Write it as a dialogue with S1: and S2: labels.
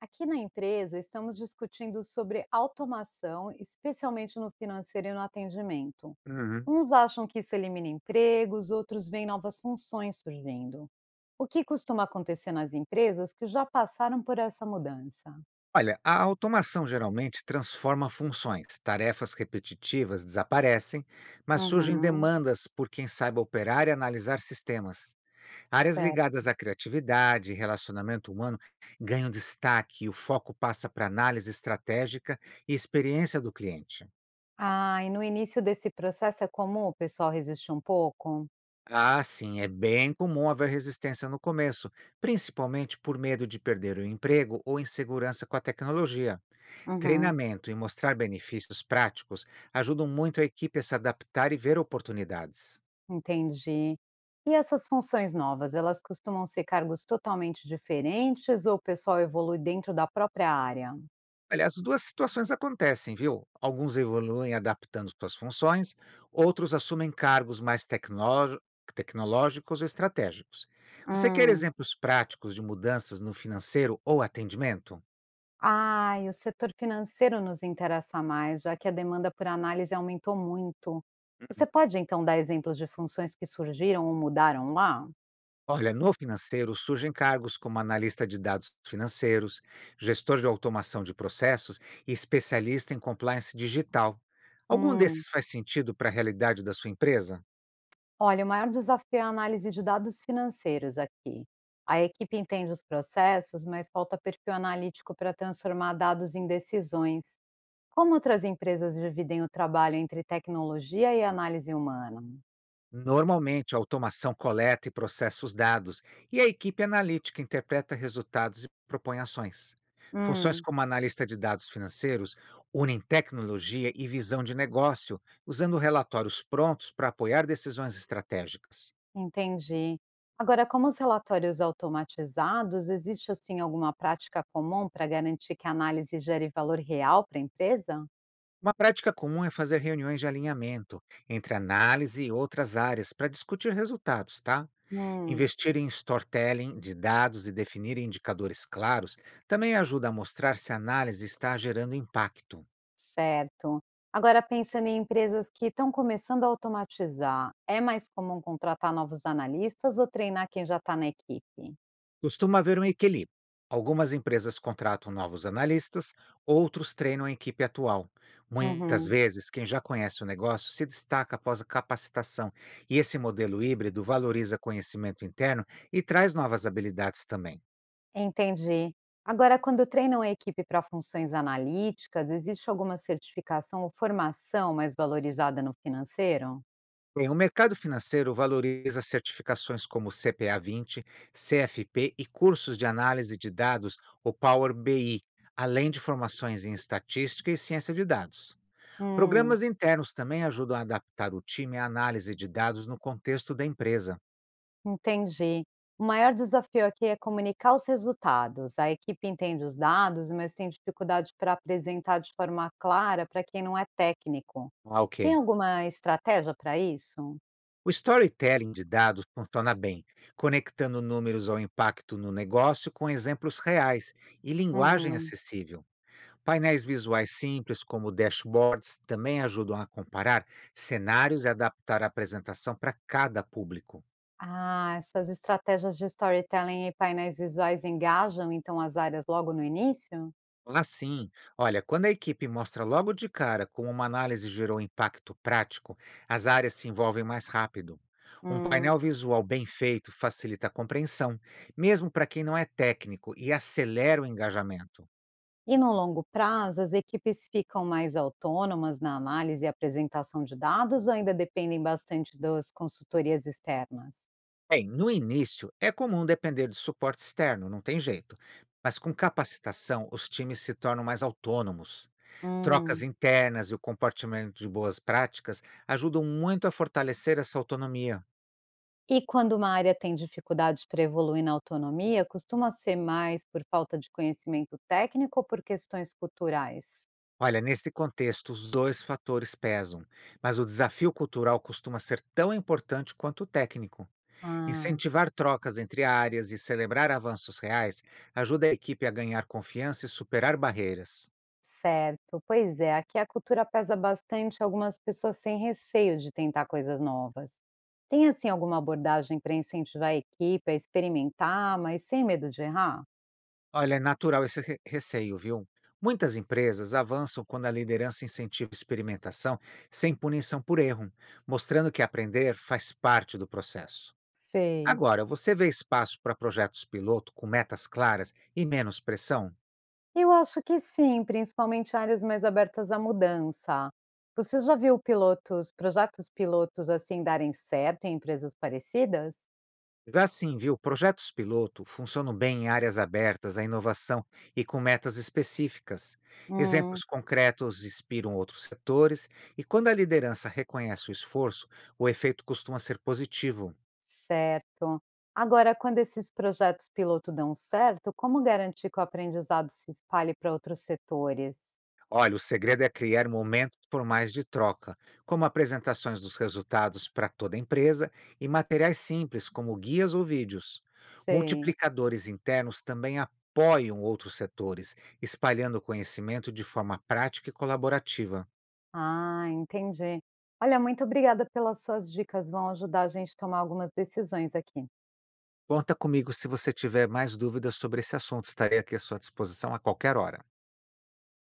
S1: Aqui na empresa, estamos discutindo sobre automação, especialmente no financeiro e no atendimento.
S2: Uhum.
S1: Uns acham que isso elimina empregos, outros veem novas funções surgindo. O que costuma acontecer nas empresas que já passaram por essa mudança?
S2: Olha, a automação geralmente transforma funções. Tarefas repetitivas desaparecem, mas surgem
S1: Uhum,
S2: demandas por quem saiba operar e analisar sistemas. Áreas
S1: certo.
S2: ligadas à criatividade e relacionamento humano ganham destaque e o foco passa para análise estratégica e experiência do cliente.
S1: Ah, e no início desse processo é comum o pessoal resistir um pouco?
S2: Ah, sim, é bem comum haver resistência no começo, principalmente por medo de perder o emprego ou insegurança com a tecnologia.
S1: Uhum,
S2: Treinamento e mostrar benefícios práticos ajudam muito a equipe a se adaptar e ver oportunidades.
S1: entendi. E essas funções novas, elas costumam ser cargos totalmente diferentes ou o pessoal evolui dentro da própria área?
S2: Aliás, duas situações acontecem, viu? Alguns evoluem adaptando suas funções, outros assumem cargos mais tecnológicos ou estratégicos. Você quer
S1: Hum.
S2: exemplos práticos de mudanças no financeiro ou atendimento?
S1: Ai, o setor financeiro nos interessa mais, já que a demanda por análise aumentou muito. Você pode então dar exemplos de funções que surgiram ou mudaram lá?
S2: Olha, no financeiro surgem cargos como analista de dados financeiros, gestor de automação de processos e especialista em compliance digital. Algum
S1: Hum.
S2: desses faz sentido para a realidade da sua empresa?
S1: Olha, o maior desafio é a análise de dados financeiros aqui. A equipe entende os processos, mas falta perfil analítico para transformar dados em decisões. Como outras empresas dividem o trabalho entre tecnologia e análise humana?
S2: Normalmente, a automação coleta e processa os dados e a equipe analítica interpreta resultados e propõe ações. Funções
S1: Hum.
S2: como analista de dados financeiros unem tecnologia e visão de negócio, usando relatórios prontos para apoiar decisões estratégicas.
S1: Entendi. Agora, como os relatórios automatizados, existe assim alguma prática comum para garantir que a análise gere valor real para a empresa?
S2: Uma prática comum é fazer reuniões de alinhamento entre análise e outras áreas para discutir resultados, tá?
S1: Hum,
S2: Investir em storytelling de dados e definir indicadores claros também ajuda a mostrar se a análise está gerando impacto.
S1: certo. Agora, pensando em empresas que estão começando a automatizar, é mais comum contratar novos analistas ou treinar quem já está na equipe?
S2: Costuma haver um equilíbrio. Algumas empresas contratam novos analistas, outros treinam a equipe atual. Muitas
S1: Uhum,
S2: vezes, quem já conhece o negócio se destaca após a capacitação, e esse modelo híbrido valoriza conhecimento interno e traz novas habilidades também.
S1: entendi. Agora, quando treinam a equipe para funções analíticas, existe alguma certificação ou formação mais valorizada no financeiro?
S2: Bem, o mercado financeiro valoriza certificações como CPA 20, CFP e cursos de análise de dados, o Power BI, além de formações em estatística e ciência de dados.
S1: Hum.
S2: Programas internos também ajudam a adaptar o time à análise de dados no contexto da empresa.
S1: Entendi. O maior desafio aqui é comunicar os resultados. A equipe entende os dados, mas tem dificuldade para apresentar de forma clara para quem não é técnico.
S2: Ah,
S1: Tem
S2: ok.
S1: alguma estratégia para isso?
S2: O storytelling de dados funciona bem, conectando números ao impacto no negócio com exemplos reais e linguagem
S1: Uhum.
S2: acessível. Painéis visuais simples, como dashboards, também ajudam a comparar cenários e adaptar a apresentação para cada público.
S1: Ah, essas estratégias de storytelling e painéis visuais engajam então as áreas logo no início?
S2: Assim, olha, quando a equipe mostra logo de cara como uma análise gerou impacto prático, as áreas se envolvem mais rápido. Um
S1: Hum.
S2: painel visual bem feito facilita a compreensão, mesmo para quem não é técnico, e acelera o engajamento.
S1: E no longo prazo, as equipes ficam mais autônomas na análise e apresentação de dados ou ainda dependem bastante das consultorias externas?
S2: Bem, no início é comum depender de suporte externo, não tem jeito. Mas com capacitação, os times se tornam mais autônomos. Trocas
S1: Hum.
S2: internas e o compartilhamento de boas práticas ajudam muito a fortalecer essa autonomia.
S1: E quando uma área tem dificuldades para evoluir na autonomia, costuma ser mais por falta de conhecimento técnico ou por questões culturais?
S2: Olha, nesse contexto, os dois fatores pesam, mas o desafio cultural costuma ser tão importante quanto o técnico.
S1: Ah,
S2: Incentivar trocas entre áreas e celebrar avanços reais ajuda a equipe a ganhar confiança e superar barreiras.
S1: certo. Pois é, aqui a cultura pesa bastante, algumas pessoas têm receio de tentar coisas novas. Tem assim alguma abordagem para incentivar a equipe a experimentar, mas sem medo de errar?
S2: Olha, é natural esse receio, viu? Muitas empresas avançam quando a liderança incentiva experimentação sem punição por erro, mostrando que aprender faz parte do processo.
S1: Sei.
S2: Agora, você vê espaço para projetos piloto com metas claras e menos pressão?
S1: Eu acho que sim, principalmente áreas mais abertas à mudança. Você já viu pilotos projetos pilotos, assim, darem certo em empresas parecidas?
S2: Já sim, viu? Projetos piloto funcionam bem em áreas abertas à inovação e com metas específicas.
S1: Hum,
S2: Exemplos concretos inspiram outros setores, e quando a liderança reconhece o esforço, o efeito costuma ser positivo.
S1: certo. Agora, quando esses projetos piloto dão certo, como garantir que o aprendizado se espalhe para outros setores?
S2: Olha, o segredo é criar momentos formais de troca, como apresentações dos resultados para toda a empresa e materiais simples, como guias ou vídeos.
S1: Sei.
S2: Multiplicadores internos também apoiam outros setores, espalhando o conhecimento de forma prática e colaborativa.
S1: Ah, entendi. Olha, muito obrigada pelas suas dicas, vão ajudar a gente a tomar algumas decisões aqui.
S2: Conta comigo se você tiver mais dúvidas sobre esse assunto, estarei aqui à sua disposição a qualquer hora.